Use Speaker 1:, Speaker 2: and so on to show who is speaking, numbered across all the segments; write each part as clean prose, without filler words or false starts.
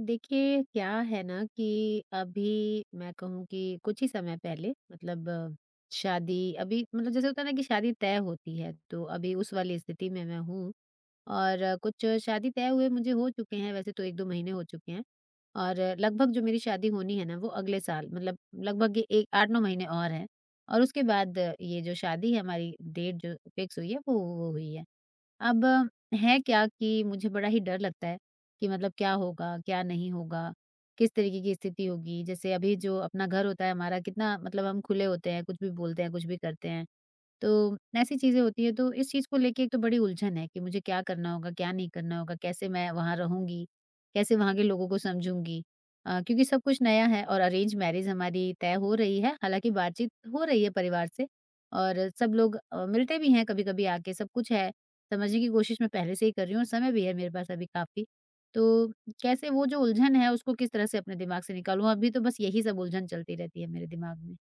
Speaker 1: देखिए, क्या है ना कि अभी मैं कहूँ कि कुछ ही समय पहले मतलब शादी अभी मतलब जैसे होता है ना कि शादी तय होती है, तो अभी उस वाली स्थिति में मैं हूँ। और कुछ शादी तय हुए मुझे हो चुके हैं, वैसे तो 1-2 महीने हो चुके हैं। और लगभग जो मेरी शादी होनी है ना वो अगले साल मतलब लगभग ये एक 8-9 महीने और हैं। और उसके बाद ये जो शादी है हमारी डेट जो फिक्स हुई है वो हुई है। अब है क्या कि मुझे बड़ा ही डर लगता है कि मतलब क्या होगा, क्या नहीं होगा, किस तरीके की स्थिति होगी। जैसे अभी जो अपना घर होता है हमारा कितना मतलब हम खुले होते हैं, कुछ भी बोलते हैं, कुछ भी करते हैं। तो ऐसी चीज़ें होती हैं तो इस चीज़ को लेके एक तो बड़ी उलझन है कि मुझे क्या करना होगा, क्या नहीं करना होगा, कैसे मैं वहाँ रहूँगी, कैसे वहाँ के लोगों को समझूँगी। क्योंकि सब कुछ नया है और अरेंज मैरिज हमारी तय हो रही है, हालाँकि बातचीत हो रही है परिवार से और सब लोग मिलते भी हैं कभी-कभी आके, सब कुछ है। समझने की कोशिश मैं पहले से ही कर रही हूँ और समय भी है मेरे पास अभी काफ़ी। तो कैसे वो जो उलझन है उसको किस तरह से अपने दिमाग से निकालूँ? अभी तो बस यही सब उलझन चलती रहती है मेरे दिमाग में।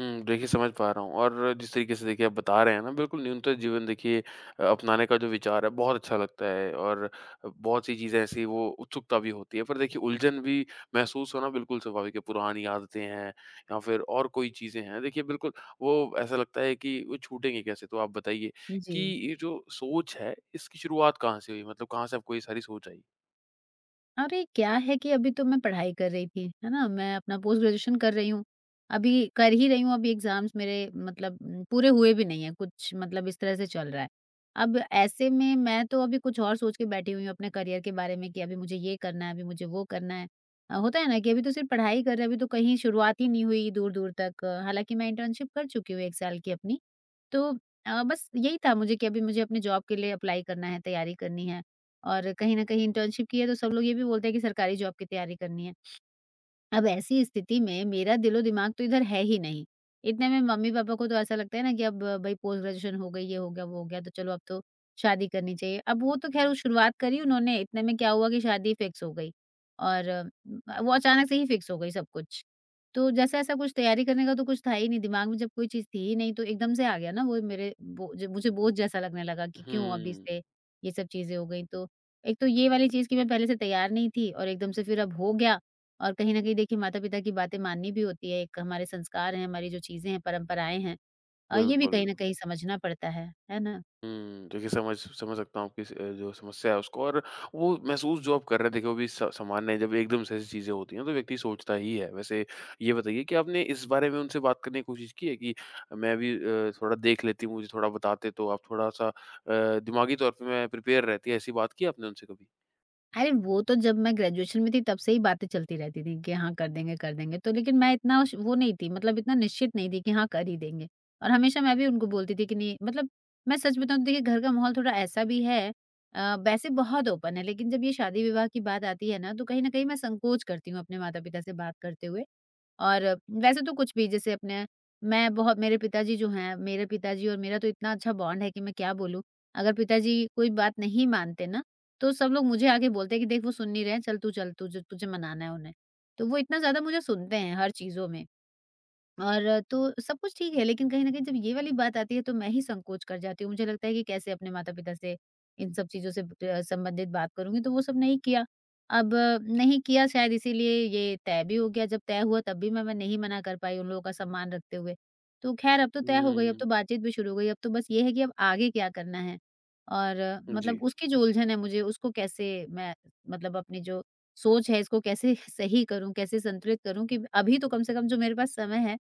Speaker 2: देखिए समझ पा रहा हूँ, और जिस तरीके से देखिए आप बता रहे हैं ना, बिल्कुल न्यूनतम जीवन देखिए अपनाने का जो विचार है बहुत अच्छा लगता है। और बहुत सी चीज़ें ऐसी, वो उत्सुकता भी होती है। पर देखिए उलझन भी महसूस होना बिल्कुल स्वाभाविक है, पुरानी आदतें हैं या फिर और कोई चीज़ें हैं देखिए, बिल्कुल वो ऐसा लगता है कि वो छूटेंगी कैसे? तो आप बताइए
Speaker 1: जी।
Speaker 2: कि ये जो सोच है इसकी शुरुआत कहाँ से हुई? मतलब कहाँ से आपको ये सारी सोच आई?
Speaker 1: अरे! क्या है कि अभी तो मैं पढ़ाई कर रही थी, है ना? मैं अपना पोस्ट ग्रेजुएशन कर रही हूँ। अभी कर ही रही हूँ, अभी एग्ज़ाम्स मेरे मतलब न, पूरे हुए भी नहीं हैं, कुछ मतलब इस तरह से चल रहा है। अब ऐसे में मैं तो अभी कुछ और सोच के बैठी हुई हूँ अपने करियर के बारे में कि अभी मुझे ये करना है, अभी मुझे वो करना है। होता है ना कि अभी तो सिर्फ़ पढ़ाई कर रहे हैं, अभी तो कहीं शुरुआत ही नहीं हुई दूर-दूर तक। हालाँकि मैं इंटर्नशिप कर चुकी हूँ 1 साल की अपनी। तो बस यही था मुझे कि अभी मुझे अपने जॉब के लिए अप्लाई करना है, तैयारी करनी है। और कहीं न कहीं इंटर्नशिप की है तो सब लोग ये भी बोलते हैं कि सरकारी जॉब की तैयारी करनी है। अब ऐसी स्थिति में मेरा दिलो-दिमाग तो इधर है ही नहीं। इतने में मम्मी-पापा को तो ऐसा लगता है ना कि अब भई पोस्ट ग्रेजुएशन हो गई, ये हो गया, वो हो गया, तो चलो अब तो शादी करनी चाहिए। अब वो तो खैर वो शुरुआत करी उन्होंने, इतने में क्या हुआ कि शादी फिक्स हो गई और वो अचानक से ही फिक्स हो गई सब कुछ। तो जैसे ऐसा कुछ तैयारी करने का तो कुछ था ही नहीं, दिमाग में जब कोई चीज़ थी ही नहीं तो एकदम से आ गया ना वो मेरे बो ज मुझे बोझ जैसा लगने लगा कि क्यों अभी
Speaker 2: हुँ,
Speaker 1: से ये सब चीज़ें हो गई। तो एक तो ये वाली चीज़ कि मैं पहले से तैयार नहीं थी और एकदम से फिर अब हो गया और कहीं न कहीं देखिए माता-पिता की बातें माननी भी होती है, एक हमारे संस्कार हैं, हमारी जो चीज़ें हैं, परंपराएँ हैं ये भी हुँ।
Speaker 2: बिल्कुल।
Speaker 1: कहीं न कहीं समझना पड़ता है ना?
Speaker 2: देखिए समझ समझ सकता हूँ आपकी स जो समस्या है उसको, और वो महसूस जो आप कर रहे हैं देखिए वो भी स सामान्य है। जब एकदम से ऐसी चीज़ें होती हैं तो व्यक्ति सोचता ही है। वैसे ये बताइए कि आपने इस बारे में उनसे बात करने की कोशिश की है कि मैं भी थोड़ा देख लेती हूँ, मुझे थोड़ा बताते तो आप, थोड़ा-सा दिमागी तौर पे मैं प्रिपेयर रहती? ऐसी बात की आपने उनसे कभी?
Speaker 1: अरे! वो तो जब मैं ग्रेजुएशन में थी तब से ही बातें चलती रहती थी कि हाँ, कर देंगे, कर देंगे। तो लेकिन मैं इतना श वो नहीं थी मतलब इतना निश्चित नहीं थी कि हाँ, कर ही देंगे। और हमेशा मैं भी उनको बोलती थी कि नहीं मतलब मैं सच बताऊँ तो देखिए घर का माहौल थोड़ा ऐसा भी है वैसे बहुत ओपन है लेकिन जब ये शादी-विवाह की बात आती है ना, तो कहीं न कहीं मैं संकोच करती हूँ अपने माता-पिता से बात करते हुए। और वैसे तो कुछ भी जैसे अपने मैं बहुत मेरे पिताजी जो हैं मेरे पिताजी और मेरा तो इतना अच्छा बॉन्ड है कि मैं क्या बोलूँ। अगर पिताजी कोई बात नहीं मानते ना, तो सब लोग मुझे आके बोलते हैं कि देख वो सुन नहीं रहे हैं, चल तू चल, तुझे तुझे मनाना है उन्हें। तो वो इतना ज़्यादा मुझे सुनते हैं हर चीज़ों में। और तो सब कुछ ठीक है, लेकिन कहीं न कहीं जब ये वाली बात आती है तो मैं ही संकोच कर जाती हूँ। मुझे लगता है कि कैसे अपने माता-पिता से इन सब चीज़ों से संबंधित बात करूँगी, तो वो सब नहीं किया। अब नहीं किया शायद इसीलिए ये तय भी हो गया, जब तय हुआ तब भी मैं नहीं मना कर पाई उन लोगों का सम्मान रखते हुए। तो ख़ैर अब तो तय हो गई, अब
Speaker 2: हुँ,
Speaker 1: तो बातचीत भी शुरू हो गई, अब तो बस ये है कि अब आगे क्या करना है और
Speaker 2: जी,
Speaker 1: मतलब उसकी जो उलझन है मुझे उसको कैसे मैं मतलब अपनी जो सोच है इसको कैसे सही करूँ, कैसे संतुलित करूँ कि अभी तो कम से कम जो मेरे पास समय है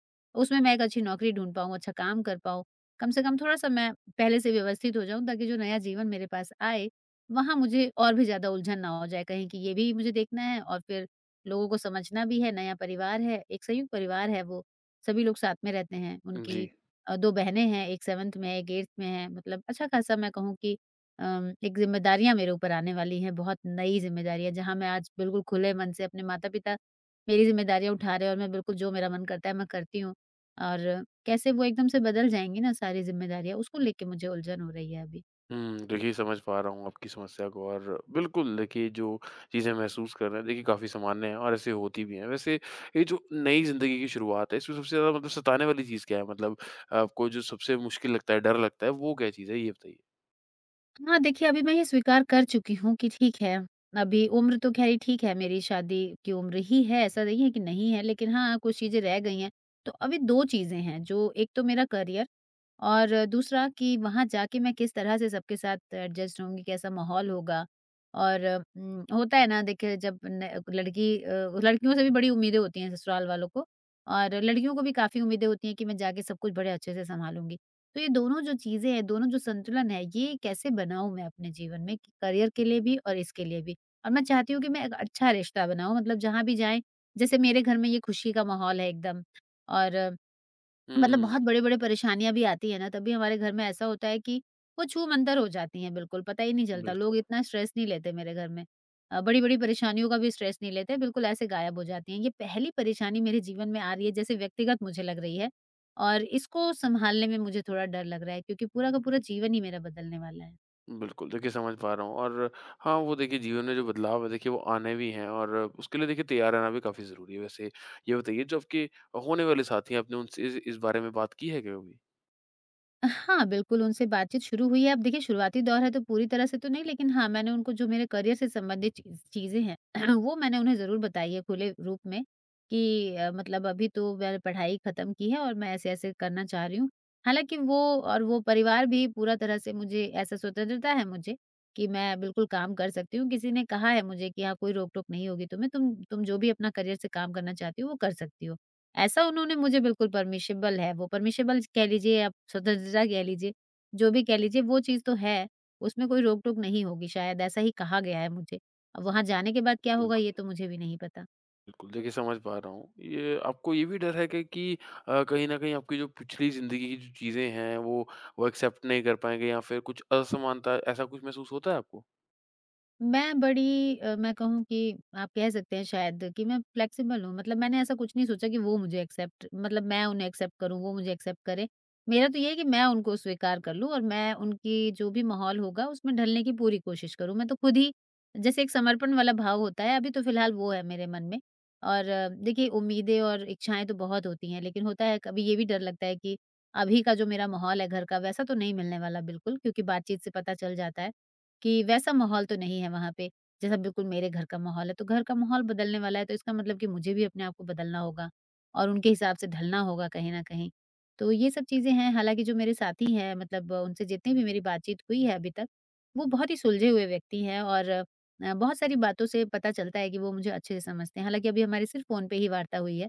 Speaker 1: उसमें मैं एक अच्छी नौकरी ढूँढ पाऊँ, अच्छा काम कर पाऊँ। कम से कम थोड़ा-सा मैं पहले से व्यवस्थित हो जाऊँ ताकि जो नया जीवन मेरे पास आए, वहाँ मुझे और भी ज़्यादा उलझन ना हो जाए कहीं कि ये भी मुझे देखना है और फिर लोगों को समझना भी है, नया परिवार है, एक संयुक्त परिवार है वो, सभी लोग साथ में रहते हैं।
Speaker 2: जी।
Speaker 1: उनकी 2 बहनें हैं, एक 7th में है, एक 8th में है, मतलब अच्छा-खासा मैं कहूँ कि एक ज़िम्मेदारियाँ मेरे ऊपर आने वाली हैं, बहुत नई ज़िम्मेदारियाँ जहाँ मैं आज बिल्कुल खुले मन से अपने माता-पिता मेरी ज़िम्मेदारियाँ उठा रहे हैं और मैं बिल्कुल जो मेरा मन करता है मैं करती हूँ। और कैसे वो एकदम से बदल जाएँगी ना सारी ज़िम्मेदारियाँ, उसको लेके मुझे उलझन हो रही है अभी।
Speaker 2: देखिए समझ पा रहा हूँ आपकी समस्या को, और बिल्कुल देखिए जो चीज़ें महसूस कर रहे हैं देखिए काफ़ी सामान्य है, और ऐसे होती भी हैं। वैसे ये जो नई ज़िंदगी की शुरुआत है इसमें सबसे ज़्यादा मतलब सताने वाली चीज़ क्या है? मतलब आपको जो सबसे मुश्किल लगता है, डर लगता है, वो क्या चीज़ है ये बताइए?
Speaker 1: हाँ, देखिए अभी मैं ये स्वीकार कर चुकी हूँ कि ठीक है, अभी उम्र तो ख़ैर ये ठीक है मेरी शादी की उम्र ही है, ऐसा नहीं है कि नहीं है, लेकिन हाँ, कुछ चीज़ें रह गई हैं। तो अभी 2 चीज़ें हैं जो एक तो मेरा करियर और दूसरा कि वहाँ जाके मैं किस तरह से सबके साथ एडजस्ट होंगी, कैसा माहौल होगा और होता है ना देखिए जब न लड़की अ, लड़कियों से भी बड़ी उम्मीदें होती हैं ससुराल वालों को और लड़कियों को भी काफ़ी उम्मीदें होती हैं कि मैं जाके सब कुछ बड़े अच्छे से सँभालूँगी। तो ये दोनों जो चीज़ें हैं, दोनों जो संतुलन है, ये कैसे बनाऊँ मैं अपने जीवन में कि करियर के लिए भी और इसके लिए भी? और मैं चाहती हूँ कि मैं एक अच्छा रिश्ता बनाऊँ मतलब जहाँ भी जाएँ, जैसे मेरे घर में ये खुशी का माहौल है एकदम और मतलब
Speaker 2: हुँ,
Speaker 1: बहुत बड़े-बड़े परेशानियाँ भी आती है ना, तभी हमारे घर में ऐसा होता है कि वो छूमंतर हो जाती हैं बिल्कुल, पता ही नहीं चलता।
Speaker 2: बिल्कुल,
Speaker 1: लोग इतना स्ट्रेस नहीं लेते मेरे घर में। बड़ी-बड़ी परेशानियों का भी स्ट्रेस नहीं लेते, बिल्कुल ऐसे गायब हो जाती हैं। ये पहली परेशानी मेरे जीवन में आ रही है जैसे व्यक्तिगत मुझे लग रही है और इसको सँभालने में मुझे थोड़ा डर लग रहा है क्योंकि पूरा का पूरा जीवन ही मेरा बदलने वाला है।
Speaker 2: बिल्कुल। देखिए समझ पा रहा हूँ, और हाँ, वो देखिए जीवन में जो बदलाव है देखिए वो आने भी हैं, और उसके लिए देखिए तैयार रहना भी काफ़ी ज़रूरी है। वैसे ये बताइए, जो आपके होने वाले साथी हैं आपने उनसे इस बारे में बात की है क्या कभी?
Speaker 1: हाँ, बिल्कुल, उनसे बातचीत शुरू हुई है। अब देखिए शुरुआती दौर है तो पूरी तरह से तो नहीं लेकिन हाँ, मैंने उनको जो मेरे करियर से संबंधित चीज़ें हैं वो मैंने उन्हें ज़रूर बताई है खुले रूप में कि मतलब अभी तो मैंने पढ़ाई ख़त्म की है और मैं ऐसे-ऐसे करना चाह रही हूँ। हालाँकि वो और वो परिवार भी पूरा तरह से मुझे ऐसा स्वतंत्रता है मुझे कि मैं बिल्कुल काम कर सकती हूँ। किसी ने कहा है मुझे कि हाँ, कोई रोक-टोक नहीं होगी तुम्हें, तुम जो भी अपना करियर से काम करना चाहती हो वो कर सकती हो। ऐसा उन्होंने मुझे बिल्कुल परमिशेबल है वो, परमिशेबल कह लीजिए आप स्वतंत्रता कह लीजिए, जो भी कह लीजिए वो चीज़ तो है, उसमें कोई रोक-टोक नहीं होगी शायद ऐसा ही कहा गया है मुझे। अब वहाँ जाने के बाद क्या होगा ये तो मुझे भी नहीं पता।
Speaker 2: बिल्कुल, देखिए समझ पा रहा हूँ। ये आपको ये भी डर है कि कि कहीं न कहीं आपकी जो पिछली ज़िंदगी की जो चीज़ें हैं, वो एक्सेप्ट नहीं कर पाएँगे, या फिर कुछ असमानता, ऐसा कुछ महसूस होता है आपको?
Speaker 1: मैं कहूँ कि आप कह सकते हैं शायद कि मैं फ्लेक्सिबल हूँ। मतलब मैंने ऐसा कुछ नहीं सोचा कि वो मुझे एक्सेप्ट मतलब मैं उन्हें एक्सेप्ट करूँ, वो मुझे एक्सेप्ट करें। मेरा तो ये है कि मैं उनको स्वीकार कर लूँ और मैं उनकी जो भी माहौल होगा उसमें ढलने की पूरी कोशिश करूँ। मैं तो खुद ही जैसे एक समर्पण वाला भाव होता है, अभी तो फिलहाल वो है मेरे मन में। और देखिए उम्मीदें और इच्छाएँ तो बहुत होती हैं, लेकिन होता है कभी ये भी डर लगता है कि अभी का जो मेरा माहौल है घर का वैसा तो नहीं मिलने वाला बिल्कुल क्योंकि बातचीत से पता चल जाता है। कि वैसा माहौल तो नहीं है वहाँ पे, जैसा बिल्कुल मेरे घर का माहौल है। तो घर का माहौल बदलने वाला है, तो इसका मतलब कि मुझे भी अपने आप को बदलना होगा और उनके हिसाब से ढलना होगा कहीं न कहीं। तो ये सब चीज़ें हैं, हालाँकि जो मेरे साथी हैं मतलब उनसे जितनी भी मेरी बातचीत हुई है अभी तक, वो बहुत ही सुलझे हुए व्यक्ति हैं और बहुत सारी बातों से पता चलता है कि वो मुझे अच्छे से समझते हैं। हालाँकि अभी हमारी सिर्फ़ फ़ोन पे ही वार्ता हुई है।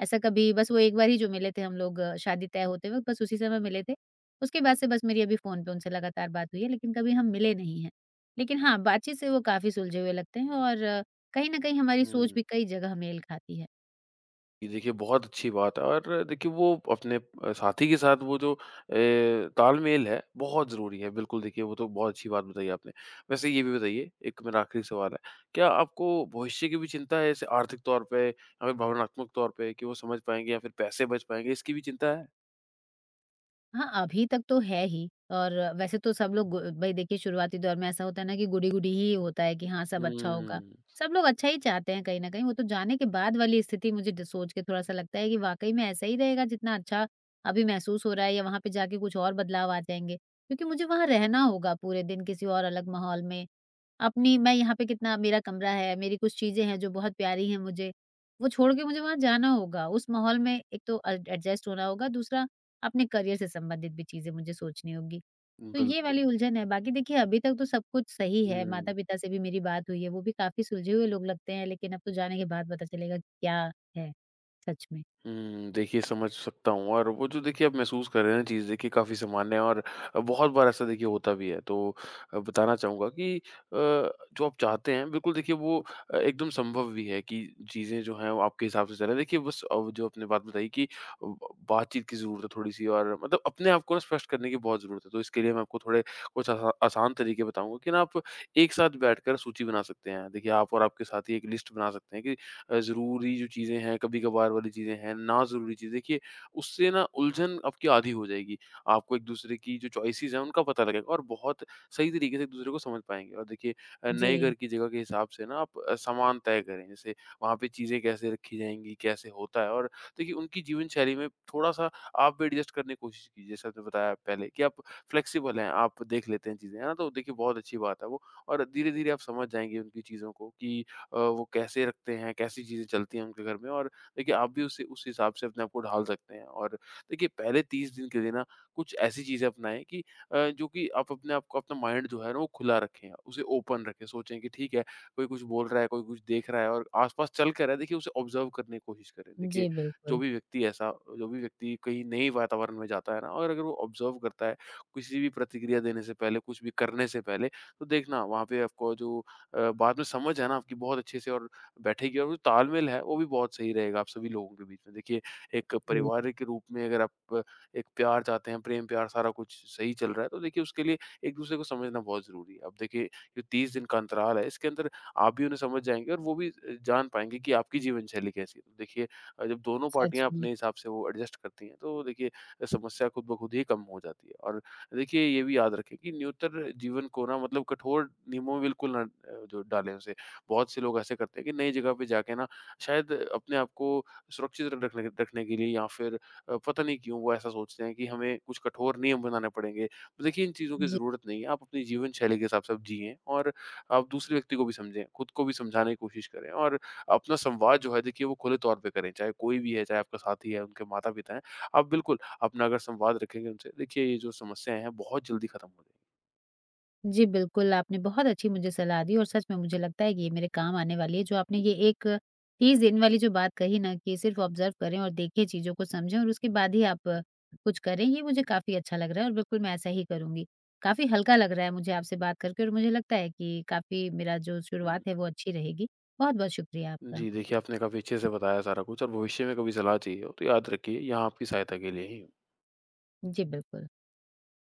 Speaker 1: ऐसा कभी बस वो एक बार ही जो मिले थे हम लोग शादी तय होते वक़्त, बस उसी समय मिले थे। उसके बाद से बस मेरी अभी फ़ोन पे उनसे लगातार बात हुई है, लेकिन कभी हम मिले नहीं हैं। लेकिन हाँ, बातचीत से वो काफ़ी सुलझे हुए लगते हैं और कहीं न कहीं हमारी सोच
Speaker 2: हुँ।
Speaker 1: भी कई जगह मेल खाती है।
Speaker 2: ये देखिए बहुत अच्छी बात है, और देखिए वो अपने साथी के साथ वो जो तालमेल है बहुत ज़रूरी है। बिल्कुल देखिए वो तो बहुत अच्छी बात बताई आपने। वैसे ये भी बताइए, एक मेरा आखिरी सवाल है, क्या आपको भविष्य की भी चिंता है, जैसे आर्थिक तौर पे या फिर भावनात्मक तौर पे कि वो समझ पाएँगे, या फिर पैसे बच पाएँगे इसकी भी चिंता है?
Speaker 1: हाँ, अभी तक तो है ही और वैसे तो सब लोग गु भई देखिए शुरुआती दौर में ऐसा होता है ना कि गुडी-गुडी ही होता है कि हाँ, सब अच्छा होगा।
Speaker 2: हुँ।
Speaker 1: सब लोग अच्छा ही चाहते हैं कहीं न कहीं, वो तो जाने के बाद वाली स्थिति मुझे ड सोच के थोड़ा-सा लगता है कि वाक़ई में ऐसा ही रहेगा जितना अच्छा अभी महसूस हो रहा है या वहाँ पे जाके कुछ और बदलाव आ जाएँगे। क्योंकि मुझे वहाँ रहना होगा पूरे दिन किसी और अलग माहौल में अपनी मैं यहाँ पे कितना मेरा कमरा है, मेरी कुछ चीज़ें हैं जो बहुत प्यारी हैं मुझे, वो छोड़ के मुझे वहाँ जाना होगा। उस माहौल में एक तो एडजस्ट होना होगा, दूसरा अपने करियर से संबंधित भी चीज़ें मुझे सोचनी होगी। तो ये
Speaker 2: बिल्कुल।
Speaker 1: वाली उलझन है, बाकी देखिए अभी तक तो सब कुछ सही है,
Speaker 2: हुँ,
Speaker 1: माता-पिता से भी मेरी बात हुई है, वो भी काफ़ी सुलझे हुए लोग लगते हैं, लेकिन अब तो जाने के बाद पता चलेगा कि क्या है सच में।
Speaker 2: हुँ। देखिए समझ सकता हूँ, और वो जो देखिए आप महसूस कर रहे हैं चीज़ देखिए काफ़ी सामान्य है, और बहुत बार ऐसा देखिए होता भी है। तो बताना चाहूँगा कि जो आप चाहते हैं बिल्कुल देखिए वो एकदम संभव भी है, कि चीज़ें जो हैं वो आपके हिसाब से चलें। देखिए बस अब जो आपने बात बताई, कि ब बातचीत की ज़रूरत है थोड़ी-सी, और मतलब अपने आप को ना स्पष्ट करने की बहुत ज़रूरत है। तो इसके लिए मैं आपको थोड़े कुछ आसान तरीके बताऊँगा, कि ना आप एक साथ बैठकर सूची बना सकते हैं। देखिए आप और आपके साथी एक लिस्ट बना सकते हैं, कि ज़रूरी जो चीज़ें हैं, कभी-कभार वाली चीज़ें हैं, ना ज़रूरी चीज़ देखिए, उससे ना उलझन आपकी आधी हो जाएगी। आपको एक-दूसरे की जो चॉइसेस हैं उनका पता लगेगा, और बहुत सही तरीके से एक-दूसरे को समझ पाएँगे। और देखिए नए घर
Speaker 1: जी,
Speaker 2: की जगह के हिसाब से ना आप सामान तय करें। जैसे वहाँ पे चीज़ें कैसे रखी जाएँगी, कैसे होता है, और देखिए उनकी जीवन शैली में थोड़ा-सा आप भी एडजस्ट करने की कोशिश कीजिए। जैसे आपने बताया पहले कि आप फ्लेक्सिबल हैं, आप देख लेते हैं चीज़ें, है ना? तो देखिए बहुत अच्छी बात है वो, और धीरे-धीरे आप समझ जाएँगे उनकी चीज़ों को कि वो कैसे रखते हैं, कैसी चीज़ें चलती हैं उनके घर में, और देखिए आप भी उसी उस हिसाब से अपने आप को ढाल सकते हैं। और देखिए पहले 30 दिन के लिए ना कुछ ऐसी चीज़ें अपनाएँ, कि जो कि आप अपने आप को, अपना माइंड जो है ना वो खुला रखें, उसे ओपन रखें। सोचें कि ठीक है, कोई कुछ बोल रहा है, कोई कुछ देख रहा है, और आस-पास चल क्या रहा है देखिए उसे ऑब्ज़र्व करने की कोशिश करें। देखिए
Speaker 1: जी
Speaker 2: जो
Speaker 1: बिल्कुल।
Speaker 2: भी व्यक्ति ऐसा जो भी व्यक्ति कहीं नए वातावरण में जाता है ना, और अगर वो ऑब्ज़र्व करता है किसी भी प्रतिक्रिया देने से पहले, कुछ भी करने से पहले, तो देखना वहाँ पे आपको जो बाद में समझ है ना आपकी बहुत अच्छे से और बैठेगी, और वो तालमेल है वो भी बहुत सही रहेगा आप सभी लोगों के बीच में। देखिए एक
Speaker 1: जी,
Speaker 2: परिवार के रूप में अगर आप एक प्यार चाहते हैं, प्रेम-प्यार सारा कुछ सही चल रहा है, तो देखिए उसके लिए एक-दूसरे को समझना बहुत ज़रूरी है। अब देखिए जो 30 दिन का अंतराल है इसके अंदर आप भी उन्हें समझ जाएँगे, और वो भी जान पाएँगे कि आपकी जीवन शैली कैसी है। तो देखिए जब दोनों
Speaker 1: सच
Speaker 2: पार्टियाँ
Speaker 1: में।
Speaker 2: अपने हिसाब से वो एडजस्ट करती हैं, तो देखिए समस्या खुद ब खुद ही कम हो जाती है। और देखिए ये भी याद रखें कि न्यूनतर जीवन को ना, मतलब कठोर नियमों में बिल्कुल ना जो डालें उसे। बहुत से लोग ऐसे करते हैं कि नई जगह पे जाके ना, शायद अपने आप को सुरक्षित रखने रखने के लिए, या फिर पता नहीं क्यों वो ऐसा सोचते हैं कि हमें कुछ कठोर नियम बनाने पड़ेंगे। तो देखिए इन चीज़ों की
Speaker 1: जी।
Speaker 2: ज़रूरत नहीं है, आप अपनी जीवन शैली के हिसाब से आप जिएँ, और आप दूसरे व्यक्ति को भी समझें, खुद को भी समझाने की कोशिश करें, और अपना संवाद जो है देखिए वो खुले तौर पे करें, चाहे कोई भी है, चाहे आपका साथी है, उनके माता-पिता हैं। आप बिल्कुल अपना अगर संवाद रखेंगे उनसे, देखिए ये जो समस्याएँ हैं बहुत जल्दी खत्म हो जाएँगी।
Speaker 1: जी, बिल्कुल, आपने बहुत अच्छी मुझे सलाह दी और सच में मुझे लगता है कि ये मेरे काम आने वाली है। जो आपने ये एक चीज़ इन वाली जो बात कही ना कि सिर्फ़ ऑब्ज़र्व करें और देखें, चीज़ों को समझें और उसके बाद ही आप कुछ करें, ये मुझे काफ़ी अच्छा लग रहा है और बिल्कुल मैं ऐसा ही करूँगी। काफ़ी हल्का लग रहा है मुझे आपसे बात करके और मुझे लगता है कि काफ़ी मेरा जो
Speaker 2: हुँ।
Speaker 1: शुरुआत है, वो अच्छी रहेगी। बहुत-बहुत शुक्रिया आपका।
Speaker 2: जी, देखिए आपने काफ़ी अच्छे से बताया सारा कुछ, और भविष्य में कभी सलाह चाहिए हो तो याद रखिए, यहाँ आपकी सहायता के लिए ही हूँ।
Speaker 1: जी, बिल्कुल।